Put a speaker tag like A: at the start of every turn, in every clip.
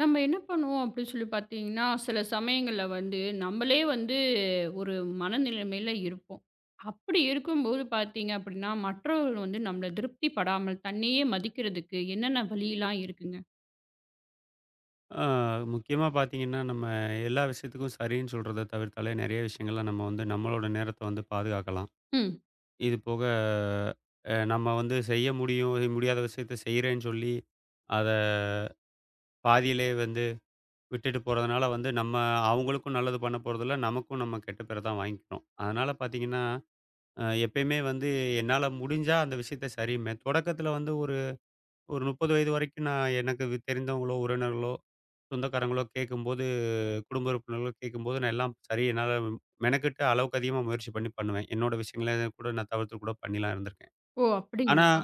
A: நம்ம என்ன பண்ணுவோம் அப்படின்னு சொல்லி பார்த்தீங்கன்னா, சில சமயங்கள்ல வந்து நம்மளே வந்து ஒரு மனநிலைமையில இருப்போம். அப்படி இருக்கும்போது பார்த்தீங்க அப்படின்னா, மற்றவர்கள் வந்து நம்மள திருப்திப்படாமல் தன்னையே மதிக்கிறதுக்கு என்னென்ன வழிலாம் இருக்குங்க?
B: ஆ முக்கியமா பார்த்தீங்கன்னா, நம்ம எல்லா விஷயத்துக்கும் சரின்னு சொல்றத தவிர்த்தாலே நெறைய விஷயங்கள்ல நம்ம வந்து நம்மளோட நேரத்த வந்து பாதுகாக்கலாம்.
A: ம்.
B: இது போக நம்ம வந்து செய்ய முடியும் செய்ய முடியாத விஷயத்த செய்றேன்னு சொல்லி, அத பாதியிலேயே வந்து விட்டுட்டு போறதுனால வந்து நம்ம அவங்களுக்கும் நல்லது பண்ண போறதில்ல. நமக்கும் நம்ம கெட்ட பேர தான் வாங்கிக்கிறோம். அதனால பார்த்தீங்கன்னா, எப்பயுமே வந்து என்னால முடிஞ்சா அந்த விஷயத்த சரிம்பேன். தொடக்கத்தில வந்து ஒரு ஒரு 30 வயது வரைக்கும் நான் எனக்கு தெரிந்தவங்களோ, உறவினர்களோ, சொந்தக்காரங்களோ கேட்கும்போது குடும்ப உறுப்பினர்கள் கேட்கும்போது நான் எல்லாம் சரி என்னால மெனக்கெட்டு அளவுக்கு அதிகமா முயற்சி பண்ணி பண்ணுவேன். என்னோட விஷயங்கள கூட நான் தவிர்த்து கூட பண்ணிலாம் இருந்திருக்கேன்.
A: ஓ!
B: ஆனா,
A: அப்படிங்களா?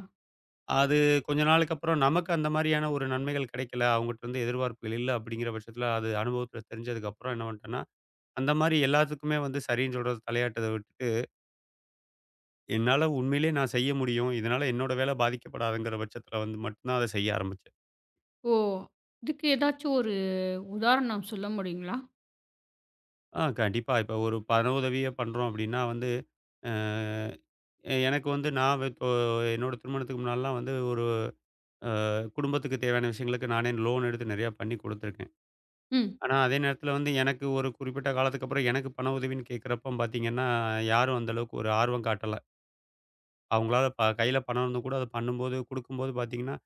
B: அது கொஞ்ச நாளுக்கு அப்புறம் நமக்கு அந்த மாரியான ஒரு நன்மைகள் கிடைக்கல. அவங்கட்ட இருந்து எதிர்பார்ப்புகள் இல்ல அப்படிங்கிற பட்சத்தில அது அனுபவத்தில தெரிஞ்சதுக்கப்புறம் என்ன பண்ணிட்டேன்னா, அந்த மாரி எல்லாத்துக்குமே வந்து சரின்னு சொல்றது தலையாட்டத விட்டுட்டு, என்னால உண்மையிலேயே நான் செய்ய முடியும். இதனால என்னோட வேலை பாதிக்கப்படாதுங்கிற பட்சத்தில வந்து மட்டும் தான் அத செய்ய ஆரம்பிச்சேன்.
A: ஓ! இதுக்கு ஏதாச்சும் ஒரு உதாரணம் சொல்ல முடியுங்களா?
B: ஆ கண்டிப்பா. இப்ப ஒரு பண உதவியே பண்றோம் அப்டின்னா வந்து, அ எனக்கு வந்து நான் இப்போ என்னோட திருமணத்துக்கு முன்னாடிலாம் வந்து ஒரு அ குடும்பத்துக்கு தேவையான விஷயங்களுக்கு நானே லோன் எடுத்து நெறையா பண்ணி குடுத்துருக்கேன்.
A: ம்.
B: ஆனா, அதே நேரத்தில வந்து எனக்கு ஒரு குறிப்பிட்ட காலத்துக்கு அப்புறம் எனக்கு பண உதவின்னு கேட்கிறப்ப பார்த்தீங்கன்னா, யாரும் அந்த அளவுக்கு ஒரு ஆர்வம் காட்டல. அவங்களால கையில பணம் இருந்தும் கூட அத பண்ணும்போது, குடுக்கும்போது பார்த்தீங்கன்னா,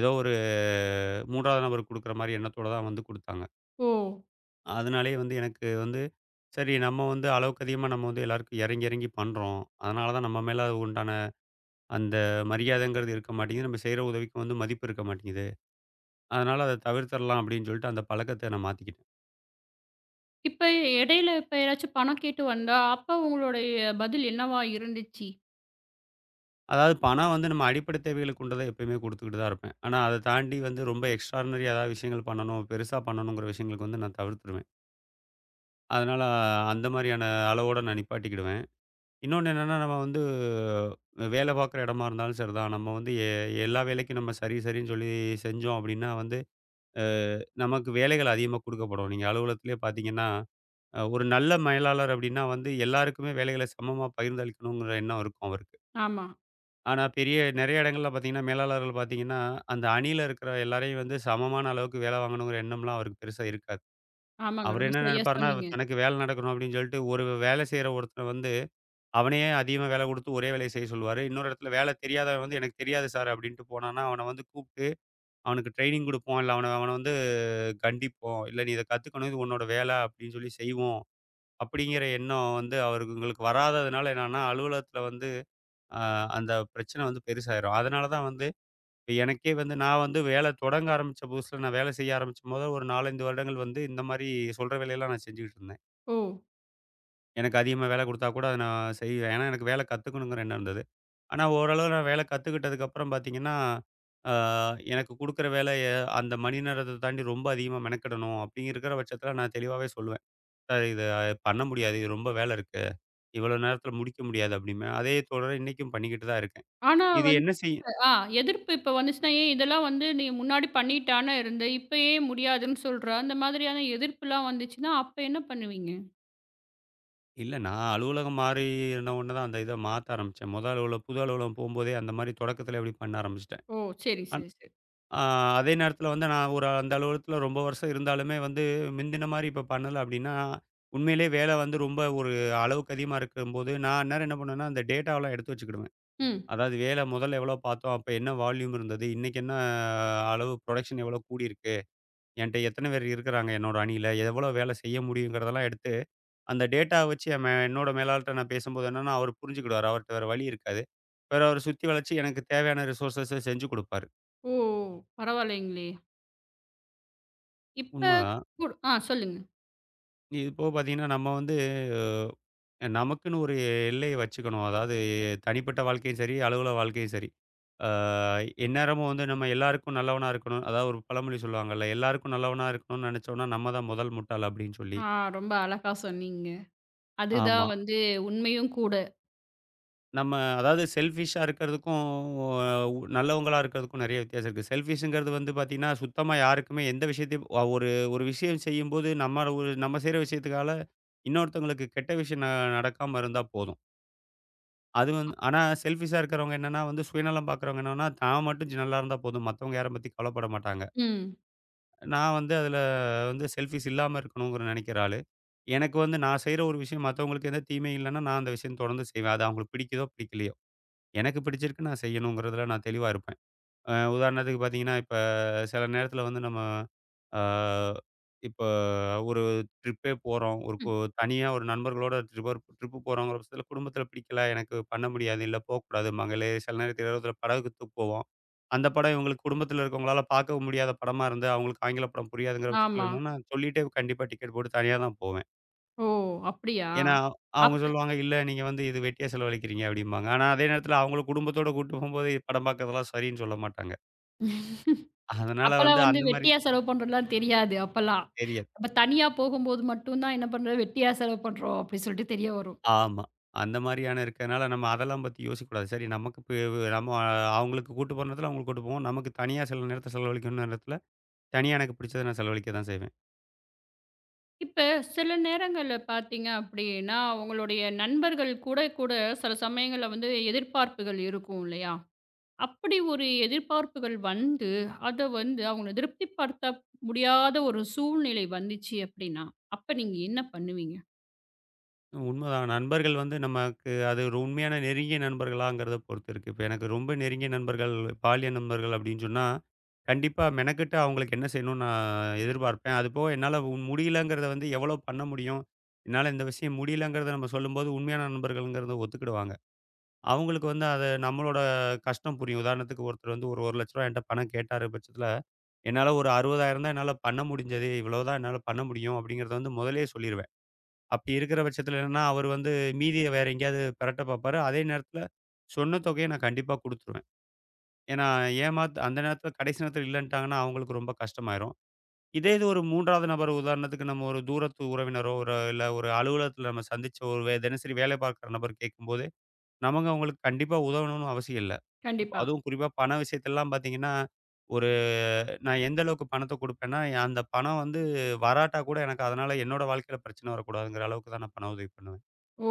B: ஏதோ ஒரு 3வது நபருக்கு குடுக்குற மாரி எண்ணத்தோட தான் வந்து குடுத்தாங்க.
A: ஓ!
B: அதனாலேயே வந்து எனக்கு வந்து சரி, நம்ம வந்து அளவுக்கு அதிகமா நம்ம வந்து எல்லாருக்கும் இறங்கி, இறங்கி பண்றோம். அதனால தான் நம்ம மேல உண்டான அந்த மரியாதைங்கிறது இருக்க மாட்டேங்குது. நம்ம செய்ற உதவிக்கு வந்து மதிப்பு இருக்க மாட்டேங்குது. அதனால அத தவிர்த்தரலாம் அப்படின்னு சொல்லிட்டு அந்த பழக்கத்த நான் மாத்திக்கிட்டேன்.
A: இப்ப இடையில இப்ப யாராச்சும் பணம் கேட்டு வந்தா, அப்ப உங்களுடைய பதில் என்னவா இருந்துச்சு?
B: அதாவது பணம் வந்து நம்ம அடிப்படை தேவைகளுக்கு உண்டத எப்பயுமே குடுத்துக்கிட்டு தான் இருப்பேன். ஆனா அத தாண்டி வந்து ரொம்ப எக்ஸ்ட்ரார்டினரியா ஏதாவது விஷயங்கள் பண்ணணும், பெருசா பண்ணணுங்கிற விஷயங்களுக்கு வந்து நான் தவிர்த்துருவேன். அதனால அந்த மாரியான அளவோட நான் நிப்பாட்டிக்கிடுவேன். இன்னொன்னு என்னன்னா, நம்ம வந்து வேலை பார்க்குற இடமா இருந்தாலும் சரிதான். நம்ம வந்து எல்லா வேலைக்கும் நம்ம சரி, சரின்னு சொல்லி செஞ்சோம் அப்படின்னா வந்து நமக்கு வேலைகள் அதிகமா குடுக்கப்படும். நீங்க அலுவலகத்திலேயே பார்த்தீங்கன்னா, ஒரு நல்ல மேலாளர் அப்டின்னா வந்து எல்லாருக்குமே வேலைகள சமமா பகிர்ந்தளிக்கணுங்கிற எண்ணம் இருக்கும் அவருக்கு.
A: ஆமா.
B: ஆனா பெரிய நெறைய இடங்கள்ல பார்த்தீங்கன்னா, மேலாளர்கள் பார்த்தீங்கன்னா, அந்த அணியில இருக்கிற எல்லாரையும் வந்து சமமான அளவுக்கு வேலை வாங்கணுங்கிற எண்ணம்லாம் அவருக்கு பெருசா இருக்காது.
A: ஆமாங்க.
B: அவரு
A: ரொம்ப
B: என்ன
A: சரியா
B: நெனைப்பாருன்னா,
A: சொன்னீங்க.
B: தனக்கு வேலை நடக்கணும் அப்டின்னு சொல்லிட்டு ஒரு வேலை செய்ற ஒருத்தர வந்து அவனையே அதிகமா வேலை குடுத்து ஒரே வேலைய செய்ய சொல்லுவாரு. இன்னொரு இடத்துல வேலை தெரியாதவன் வந்து எனக்கு தெரியாது சார் அப்டின்ட்டு போனான்னா, அவன வந்து கூப்ட்டு அவனுக்கு ட்ரெய்னிங் குடுப்போம். இல்ல அவன அவன வந்து கண்டிப்போம். இல்ல நீ இத கத்துக்கணும். இது உன்னோட வேலை அப்படின்னு சொல்லி செய்வோம். அப்படிங்கிற எண்ணம் வந்து அவர்களுங்களுக்கு வராததுனால என்னன்னா, அலுவலகத்துல வந்து அ அந்த பிரச்சனை வந்து பெருசாயிரும். அதனால தான் வந்து இப்ப எனக்கே வந்து நான் வந்து வேலை தொடங்க ஆரம்பிச்ச புதுசுல நான் வேலை செய்ய ஆரம்பிச்ச மொத ஒரு 4, 5 வருடங்கள் வந்து இந்த மாரி சொல்ற வேலையெல்லாம் நான் செஞ்சுகிட்டு இருந்தேன்.
A: ஓ!
B: எனக்கு அதிகமா வேலை குடுத்தா கூட அத நான் செய்வேன். ஏன்னா எனக்கு வேலை கத்துக்கணுங்கிற எண்ணம் இருந்தது. ஆனா ஓரளவு நான் வேலை கத்துக்கிட்டதுக்கப்புறம் பார்த்தீங்கன்னா, ஆ எனக்கு குடுக்குற வேலைய அந்த மணி நேரத்த தாண்டி ரொம்ப அதிகமா மெனக்கெடணும். அப்படிங்கிற பட்சத்துல நான் தெளிவாவே சொல்லுவேன். சார் இது பண்ண முடியாது. இது ரொம்ப வேலை இருக்கு. இவ்வளோ நேரத்தில முடிக்க முடியாது அப்டிம்பேன். அதே தொடர இன்னைக்கும் பண்ணிக்கிட்டு தான் இருக்கேன்.
A: ஆனா
B: இது என்ன செய்யும்?
A: ஆ எதிர்ப்பு இப்ப வந்துச்சுன்னா, "ஏன் இதெல்லாம் வந்து நீ முன்னாடி பண்ணிட்டு தானே இருந்த. இப்ப ஏன் முடியாதுன்னு சொல்ற?" அந்த மாதிரியான எதிர்ப்புலாம் வந்துச்சுன்னா, அப்ப என்ன பண்ணுவீங்க?
B: இல்ல நான் அலுவலகம் மாறின உடனே தான் அந்த இத மாத்த ஆரம்பிச்சேன். மொத அலுவலகம் புது அலுவலகம் போம்போதே அந்த மாரி தொடக்கத்தில இப்டி பண்ண ஆரம்பிச்சுட்டேன்.
A: ஓ! சரி,
B: அன்
A: சரி, சரி.
B: அ அதே நேரத்தில வந்து நான் ஒரு அந்த அலுவலகத்தில ரொம்ப வருஷம் இருந்தாலுமே வந்து மிந்தின மாரி இப்ப பண்ணல அப்டின்னா, உண்மையிலேயே வேலை வந்து ரொம்ப ஒரு அளவுக்கு அதிகமா இருக்கும்போது, நான் அந்நேரம் என்ன பண்ணுவேன்னா, அந்த டேட்டாவெல்லாம் எடுத்து வச்சுக்கிடுவேன்.
A: ம்.
B: அதாவது வேலை முதல்ல எவ்வளோ பார்த்தோம்? அப்ப என்ன வால்யூம் இருந்தது? இன்னைக்கு என்ன அளவு புரொடக்ஷன் எவ்வளோ கூடியிருக்கு? என்ட்ட எத்தன பேர் இருக்கிறாங்க என்னோட அணியில? எவ்வளோ வேலை செய்ய முடியுங்கிறதெல்லாம் எடுத்து, அந்த டேட்டாவ வச்சு என் என்னோட மேலாளர்ட்ட நான் பேசும்போது என்னன்னா, அவரு புரிஞ்சுக்கிடுவாரு. அவர்ட்ட வேற வழி இருக்காது. வேற அவரு சுத்தி வளைச்சு எனக்கு தேவையான ரிசோர்ஸஸ செஞ்சு குடுப்பாரு.
A: ஓ! பரவாயில்லைங்களே! இப்ப
B: உண்மதான்.
A: கூடு ஆ சொல்லுங்க.
B: இது போக பார்த்தீங்கன்னா, நம்ம வந்து நமக்குன்னு ஒரு எல்லைய வச்சுக்கணும். அதாவது தனிப்பட்ட வாழ்க்கையும் சரி, அலுவலக வாழ்க்கையும் சரி. ஆ எந்நேரமும் வந்து நம்ம எல்லாருக்கும் நல்லவனா இருக்கணும். அதாவது ஒரு பழமொழி சொல்லுவாங்கல்ல, எல்லாருக்கும் நல்லவனா இருக்கணும்னு நெனைச்சோம்னா, நம்ம தான் முதல் முட்டாள் அப்படின்னு சொல்லி.
A: ஆ ரொம்ப அழகா சொன்னீங்க. அதுதான்
B: ஆமா.
A: வந்து உண்மையும் கூட.
B: நம்ம அதாவது செல்ஃபிஷ்ஷா இருக்கிறதுக்கும், உ நல்லவங்களா இருக்கிறதுக்கும் நெறைய வித்தியாசம் இருக்கு. செல்ஃபிஷ்ங்கிறது வந்து பார்த்தீங்கன்னா, சுத்தமா யாருக்குமே எந்த விஷயத்தையும் ஒரு ஒரு விஷயம் செய்யும்போது, நம்ம ஒரு நம்ம செய்ற விஷயத்துக்கால இன்னொருத்தவங்களுக்கு கெட்ட விஷயம் நடக்காம இருந்தா போதும். அது வந்து ஆனா செல்ஃபிஷ்ஷா இருக்கிறவங்க என்னன்னா வந்து சுயநலம் பார்க்குறவங்க என்னன்னா, தான் மட்டும் நல்லா இருந்தா போதும். மத்தவங்க யார பத்தி கவலைப்பட மாட்டாங்க.
A: ம்,
B: நான் வந்து அதுல வந்து செல்ஃபிஷ் இல்லாம இருக்கணுங்கிற நெனைக்கிற ஆளு. எனக்கு வந்து நான் செய்ற ஒரு விஷயம் மத்தவங்களுக்கு எந்த தீமையும் இல்லன்னா, நான் அந்த விஷயம் தொடர்ந்து செய்வேன். அது அவங்களுக்கு பிடிக்குதோ! பிடிக்கலையோ! எனக்கு பிடிச்சிருக்கு நான் செய்யணுங்கிறதுல நான் தெளிவா இருப்பேன். உதாரணத்துக்கு பார்த்தீங்கன்னா, இப்ப சில நேரத்தில வந்து நம்ம அ இப்ப ஒரு ட்ரிப்பே போறோம். ஒரு
A: ம்.
B: தனியா ஒரு நண்பர்களோட ட்ரிப்பர் ட்ரிப்பு போறோங்கிற பட்சத்தில குடும்பத்தில பிடிக்கல, எனக்கு பண்ண முடியாது, இல்ல போக்கூடாதும்பாங்க. இல்ல சில நேரத்தில இடத்துல படகுக்கு தூக்கு போவோம். அந்த படம் இவங்களுக்கு குடும்பத்தில இருக்கவங்களால பார்க்கவும் முடியாத படமா இருந்து, அவங்களுக்கு ஆங்கில படம் புரியாதுங்கிற பட்சத்தில
A: ஆமா.
B: என்னன்னா, சொல்லிட்டே கண்டிப்பா டிக்கெட் போட்டு தனியா தான் போவேன்.
A: ஓ! அப்படியா?
B: ஏன்னா, அவங்க
A: அப்ப
B: சொல்லுவாங்க, "இல்ல நீங்க வந்து இது வெட்டியா செலவழிக்கிறீங்க" அப்படிம்பாங்க. ஆனா, அதே நேரத்தில அவங்களும் குடும்பத்தோட கூட்டு போம்போது படம் பார்க்கறதெல்லாம் சரின்னு சொல்ல மாட்டாங்க. அதனால வந்து
A: அப்பலாம் வந்து
B: அந்த மாரி
A: வெட்டியா செலவு பண்றதுலாம் தெரியாது அப்பலாம்.
B: தெரியாது.
A: நம்ம தனியா போகும்போது மட்டும் தான் என்ன பண்றோம், வெட்டியா செலவு பண்றோம் அப்படி சொல்லிட்டு தெரிய வரும்.
B: ஆமா. அந்த மாரியான இருக்கனால நம்ம அதெல்லாம் பத்தி யோசிக்கக்கூடாது. சரி நமக்கு இப்ப நம்ம அவங்களுக்கு கூட்டு போற நேரத்தில அவங்களுக்கு கூட்டு போவோம். நமக்கு தனியா சில நேரத்த செலவழிக்கணும்ன நேரத்தில, தனியா எனக்கு பிடிச்சத நான் செலவழிக்க தான் செய்வேன்.
A: இப்ப சில நேரங்கள்ல பார்த்தீங்க அப்படின்னா, உங்களுடைய நண்பர்கள் கூட கூட சில சமயங்கள்ல வந்து எதிர்பார்ப்புகள் இருக்கும் இல்லையா? அப்படி ஒரு எதிர்பார்ப்புகள் வந்து, அத வந்து அவங்கள திருப்திப்படுத்த முடியாத ஒரு சூழ்நிலை வந்துச்சு அப்படின்னா, அப்ப நீங்க என்ன பண்ணுவீங்க?
B: உண்மதான். நண்பர்கள் வந்து நமக்கு அது ஒரு உண்மையான நெருங்கிய நண்பர்களாங்கிறத பொறுத்து இருக்கு. இப்ப எனக்கு ரொம்ப நெருங்கிய நண்பர்கள், பாலிய நண்பர்கள் அப்படின்னு சொன்னா, கண்டிப்பா மெனக்கெட்டு அவங்களுக்கு என்ன செய்யணும்னு நான் எதிர்பார்ப்பேன். அதுபோக என்னால முடியலங்கிறத வந்து எவ்வளோ பண்ண முடியும்? என்னால இந்த விஷயம் முடியலங்கிறத நம்ம சொல்லும்போது, உண்மையான நண்பர்கள்ங்கிறத ஒத்துக்கிடுவாங்க. அவங்களுக்கு வந்து அது நம்மளோட கஷ்டம் புரியும். உதாரணத்துக்கு ஒருத்தர் வந்து ஒரு ரூ. 1,00,000 என்ட்ட பணம் கேட்டாரு பட்சத்துல, என்னால ஒரு 60,000 தான் என்னால பண்ண முடிஞ்சது. இவ்வளவுதான் என்னால பண்ண முடியும் அப்படிங்கிறத வந்து முதல்லயே சொல்லிருவேன். அப்படி இருக்கிற பட்சத்தில என்னன்னா, அவரு வந்து மீதிய வேற எங்கேயாவது பெரட்ட பாப்பாரு. அதே நேரத்தில சொன்ன தொகைய நான் கண்டிப்பா குடுத்துருவேன். ஏன்னா, ஏமாத் அந்த நேரத்தில கடைசி நேரத்தில இல்லன்ட்டாங்கன்னா, அவங்களுக்கு ரொம்ப கஷ்டமாயிரும். இதே இது ஒரு 3வது நபர் உதாரணத்துக்கு நம்ம ஒரு தூரத்து உறவினரோ, ஒரு இல்ல ஒரு அலுவலகத்தில நம்ம சந்திச்ச ஒரு தினசரி வேலை பார்க்குற நபர் கேட்கும்போது, நமக்கு அவங்களுக்கு கண்டிப்பா உதவணும்னு அவசியம் இல்ல.
A: கண்டிப்பா.
B: அதுவும் குறிப்பா பண விஷயத்திலலாம் பார்த்தீங்கன்னா, ஒரு நான் எந்த அளவுக்கு பணத்த குடுப்பேன்னா, அந்த பணம் வந்து வராட்டா கூட எனக்கு அதனால என்னோட வாழ்க்கையில பிரச்சனை வரக்கூடாதுங்கிற அளவுக்கு தான் நான் பண உதவி பண்ணுவேன்.
A: ஓ!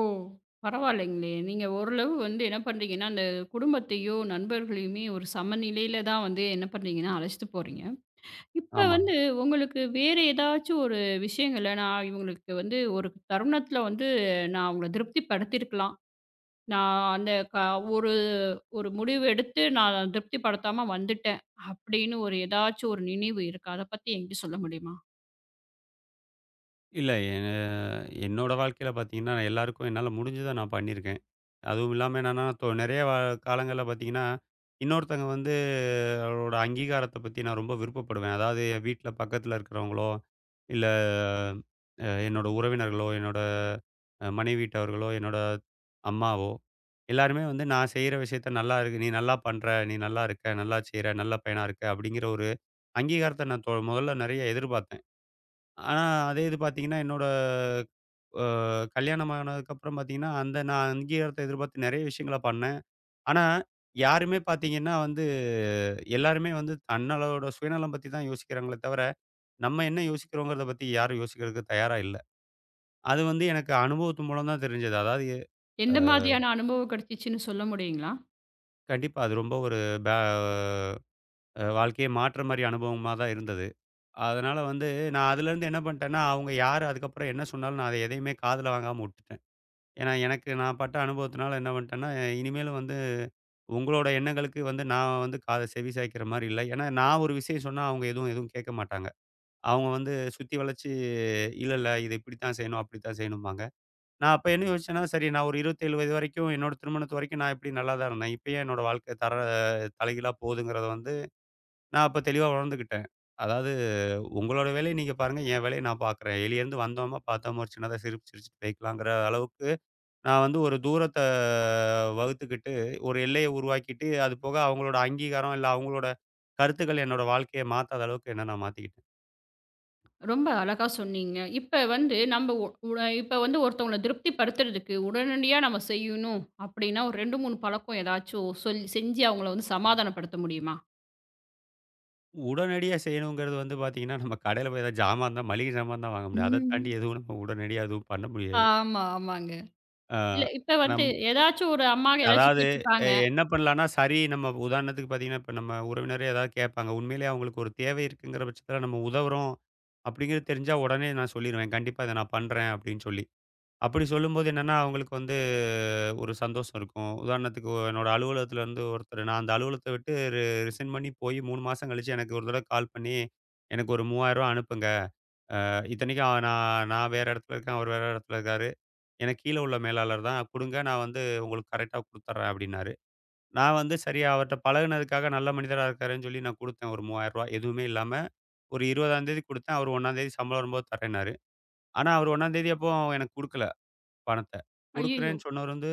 A: பரவாயில்லைங்களே. நீங்க ஓரளவு வந்து என்ன பண்றீங்கன்னா, அந்த குடும்பத்தையோ, நண்பர்களையுமே ஒரு சமநிலையில தான் வந்து என்ன பண்றீங்கன்னா, அழைச்சிட்டு போறீங்க. இப்ப
B: ஆமா.
A: வந்து உங்களுக்கு வேற ஏதாச்சும் ஒரு விஷயங்கள்ல நான் இவங்களுக்கு வந்து ஒரு தருணத்துல வந்து நான் அவங்கள திருப்திப்படுத்தியிருக்கலாம். நான் அந்த க ஒரு ஒரு முடிவு எடுத்து நான் திருப்திப்படுத்தாம வந்துட்டேன். அப்படின்னு ஒரு ஏதாச்சும் ஒரு நினைவு இருக்கா? அத பத்தி என்கிட்ட சொல்ல முடியுமா?
B: இல்ல என்னோட வாழ்க்கையில பார்த்தீங்கன்னா, எல்லாருக்கும் என்னால முடிஞ்சத நான் பண்ணியிருக்கேன். அதுவும் இல்லாம என்னன்னா, நெறைய காலங்கள்ல பார்த்தீங்கன்னா, இன்னொருத்தங்க வந்து அவரோட அங்கீகாரத்த பத்தி நான் ரொம்ப விருப்பப்படுவேன். அதாவது என் வீட்ல பக்கத்துல இருக்கிறவங்களோ, இல்ல என்னோட உறவினர்களோ, என்னோட மனைவி வீட்டவர்களோ, என்னோட அம்மாவோ, எல்லாருமே வந்து நான் செய்ற விஷயத்த நல்லா இருக்கு. நீ நல்லா பண்ற, நீ நல்லா இருக்க, நல்லா செய்ற, நல்ல பையனா இருக்க அப்படிங்கிற ஒரு அங்கீகாரத்த நான் முதல்ல நெறைய எதிர்பார்த்தேன். ஆனா அதே இது பார்த்தீங்கன்னா, என்னோட அ கல்யாணம் ஆனதுக்கப்புறம் பார்த்தீங்கன்னா, அந்த நான் அங்கீகாரத்த எதிர்பார்த்து நெறைய விஷயங்கள பண்ணேன். ஆனா, யாருமே பார்த்தீங்கன்னா வந்து எல்லாருமே வந்து தன்னளோட சுயநலம் பத்தி தான் யோசிக்கிறாங்களே தவிர, நம்ம என்ன யோசிக்கிறோங்கிறத பத்தி யாரும் யோசிக்கிறதுக்கு தயாரா இல்ல. அது வந்து எனக்கு அனுபவத்து மூலம் தான் தெரிஞ்சது. அதாவது அ
A: எந்த மாதிரியான அனுபவம் கிடைச்சிச்சுன்னு சொல்ல முடியுங்களா?
B: கண்டிப்பா அது ரொம்ப ஒரு பே அ வாழ்க்கைய மாற்ற மாரி அனுபவமா தான் இருந்தது. அதனால வந்து நான் அதுலேருந்து என்ன பண்ட்டேன்னா, அவங்க யாரு அதுக்கப்புறம் என்ன சொன்னாலும் நான் அத எதையுமே காதுல வாங்காம உட்டுட்டேன். ஏன்னா, எனக்கு நான் பட்ட அனுபவத்தினால என்ன பண்ட்டேன்னா, இனிமேலும் வந்து உங்களோட எண்ணங்களுக்கு வந்து நான் வந்து காதை செவி சாய்க்கிற மாரி இல்ல. ஏன்னா, நான் ஒரு விஷயம் சொன்னா அவங்க எதுவும் எதுவும் கேட்க மாட்டாங்க. அவங்க வந்து சுத்தி வளச்சு, இல்ல, இல்ல இத இப்படித்தான் செய்யணும், அப்படித்தான் செய்யணும்பாங்க. நான் அப்ப என்ன யோசிச்சேன்னா, சரி நான் ஒரு 27 வயது வரைக்கும் என்னோட திருமணத்து வரைக்கும் நான் இப்படி நல்லா தான் இருந்தேன். இப்ப ஏன் என்னோட வாழ்க்கை தலைகீழா போகுதுங்கிறத வந்து நான் அப்ப தெளிவா உணர்ந்துக்கிட்டேன். அதாவது உங்களோட வேலைய நீங்க பாருங்க, என் வேலைய நான் பாக்குறேன். வெளிய இருந்து வந்தோமா, பார்த்தோமா ஒரு சின்னதா சிரிப்பு சிரிச்சுட்டு போய்க்கலாங்கிற அளவுக்கு நான் வந்து ஒரு தூரத்த வகுத்துக்கிட்டு, ஒரு எல்லைய உருவாக்கிட்டு, அது போக அவங்களோட அங்கீகாரம், இல்ல அவங்களோட கருத்துக்கள் என்னோட வாழ்க்கைய மாத்தாத அளவுக்கு என்ன நான் மாத்திக்கிட்டேன்.
A: ரொம்ப அழகா சொன்னீங்க. இப்ப வந்து நம்ம ஒ உ இப்ப வந்து ஒருத்தவங்கள திருப்திப்படுத்துறதுக்கு உடனடியா நம்ம செய்யணும் அப்படின்னா, ஒரு 2, 3 பழக்கம் ஏதாச்சும் சொல்லி செஞ்சு அவங்கள வந்து சமாதானப்படுத்த முடியுமா?
B: உடனடியா செய்யணுங்கிறது வந்து பாத்தீங்கன்னா, நம்ம கடையில போய் ஏதாவது ஜாமான் தான் மளிகை ஜாமான் தான் வாங்க முடியும். அத தாண்டி
A: ம்.
B: எதுவும் நம்ம உடனடியா எதுவும் பண்ண முடியாது.
A: ஆமா, ஆமாங்க.
B: ஆ
A: இல்ல இப்ப வந்து
B: நம்
A: ஏதாச்சும் ஒரு அம்மா ஏதாச்சும்
B: அதாவது
A: கேட்டிருப்பாங்க.
B: என்ன பண்ணலான்னா, சரி நம்ம உதாரணத்துக்கு பாத்தீங்கன்னா, இப்ப நம்ம உறவினரே ஏதாவது கேட்பாங்க. உண்மையிலேயே அவங்களுக்கு ஒரு தேவை இருக்குங்கிற பட்சத்தில நம்ம உதவுறோம் அப்படிங்கிறது தெரிஞ்சா, உடனே நான் சொல்லிருவேன். கண்டிப்பா இத நான் பண்றேன் அப்படின்னு சொல்லி. அப்படி சொல்லும்போது என்னன்னா, அவங்களுக்கு வந்து ஒரு சந்தோஷம் இருக்கும். உதாரணத்துக்கு என்னோட அலுவலகத்துல இருந்து ஒருத்தர் நான் அந்த அலுவலகத்த விட்டு ரிசைன் பண்ணி போய் 3 மாசம் கழிச்சு எனக்கு ஒரு தடவ கால் பண்ணி, "எனக்கு ஒரு ரூ. 3000 அனுப்புங்க. இத்தனைக்கும் நான் நான் வேற இடத்துல இருக்கேன். அவர் வேற இடத்துல இருக்காரு. எனக்கு கீழ உள்ள மேலாளர் தான். குடுங்க. நான் வந்து உங்களுக்கு கரெக்ட்டா குடுத்துர்றேன்" அப்டின்னாரு. நான் வந்து சரி அவர்ட்ட பழகுனதுக்காக நல்ல மனிதரா இருக்காருன்னு சொல்லி நான் குடுத்தேன் ஒரு ரூ. 3000 எதுவுமே இல்லாம. ஒரு 20ஆம் தேதி குடுத்தேன். அவர் 1ஆம் தேதி சம்பளம் வரும்போது தரேன்னாரு. ஆனா அவர் 1ஆம் தேதி அப்போ எனக்கு குடுக்கல. பணத்த.
A: ஐய்யயோ!
B: குடுக்குறேன்னு சொன்னவர் வந்து,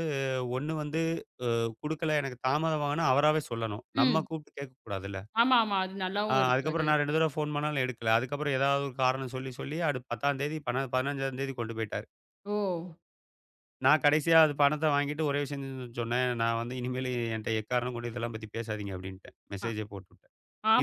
B: ஒண்ணு வந்து அ குடுக்கல எனக்கு தாமதமாகும்னா அவராவே சொல்லணும். நம்ம
A: ம்.
B: கூப்பிட்டு கேட்கக்கூடாதுல்ல.
A: ஆமா, ஆமா. அது நல்லாவும் இருக்காது.
B: அதுக்கப்புறம் நான் 2 தடவ ஃபோன் பண்ணாலும் எடுக்கல. அதுக்கப்புறம் ஏதாவது ஒரு காரணம் சொல்லி, சொல்லி அது 10ஆம் தேதி, 15ஆம் தேதி கொண்டு போயிட்டாரு.
A: ஓ!
B: நான் கடைசியா அது பணத்த வாங்கிட்டு ஒரே விஷயம் சொன்னேன். நான் வந்து இனிமேலு என்ட்ட எக்காரணம் கொண்டு இதெல்லாம் பத்தி பேசாதீங்க அப்டின்ட்டேன்.
A: அ
B: மெசேஜே போட்டுட்டேன்.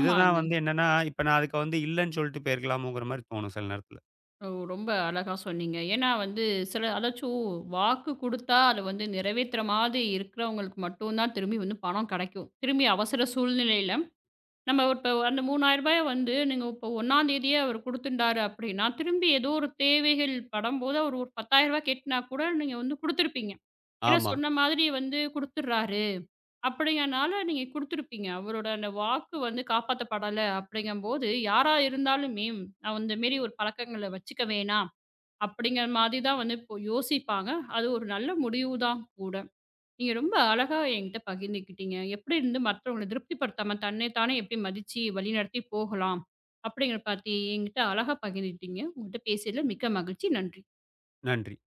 B: இதுதான் வந்து என்னன்னா, இப்ப நான் அதுக்கு வந்து இல்லன்னு சொல்லிட்டு போயிருக்கலாமோங்கிற மாரி தோணும் சில நேரத்துல.
A: ஓ! ரொம்ப அழகா சொன்னீங்க. ஏன்னா வந்து சில அதாச்சும் வாக்கு குடுத்தா அத வந்து நிறைவேத்துற மாதிரி இருக்கிறவங்களுக்கு மட்டும் தான் திரும்பி வந்து பணம் கிடைக்கும். திரும்பி அவசர சூழ்நிலையில நம்ம இப்ப அந்த ரூ. 3000 வந்து நீங்க இப்போ 1 தேதியே அவரு குடுத்துருந்தாரு அப்படின்னா, திரும்பி ஏதோ ஒரு தேவைகள் படும்போது அவர் ஒரு ரூ. 10,000 கேட்டுனா கூட நீங்க வந்து குடுத்துருப்பீங்க. ஏன்னா
B: ஆமா.
A: சொன்ன மாதிரி வந்து குடுத்துடுறாரு. அப்படிங்கனால நீங்க குடுத்துருப்பீங்க. அவரோட அந்த வாக்கு வந்து காப்பாத்தப்படல அப்படிங்கம்போது, யாரா இருந்தாலுமே அந்த மேரி ஒரு பழக்கங்கள வச்சுக்க வேணாம். அப்படிங்கிற மாதிரி தான் வந்து இப்போ யோசிப்பாங்க. அது ஒரு நல்ல முடிவு தான் கூட. நீங்க ரொம்ப அழகா என்கிட்ட பகிர்ந்துக்கிட்டீங்க. எப்படி இருந்து மற்றவங்கள திருப்திப்படுத்தாம தன்னை தானே எப்படி மதிச்சு வழிநடத்தி போகலாம். அப்படிங்கிறத பத்தி என்கிட்ட அழகா பகிர்ந்துக்கிட்டீங்க. உங்ககிட்ட பேசியதில மிக்க மகிழ்ச்சி. நன்றி.
B: நன்றி.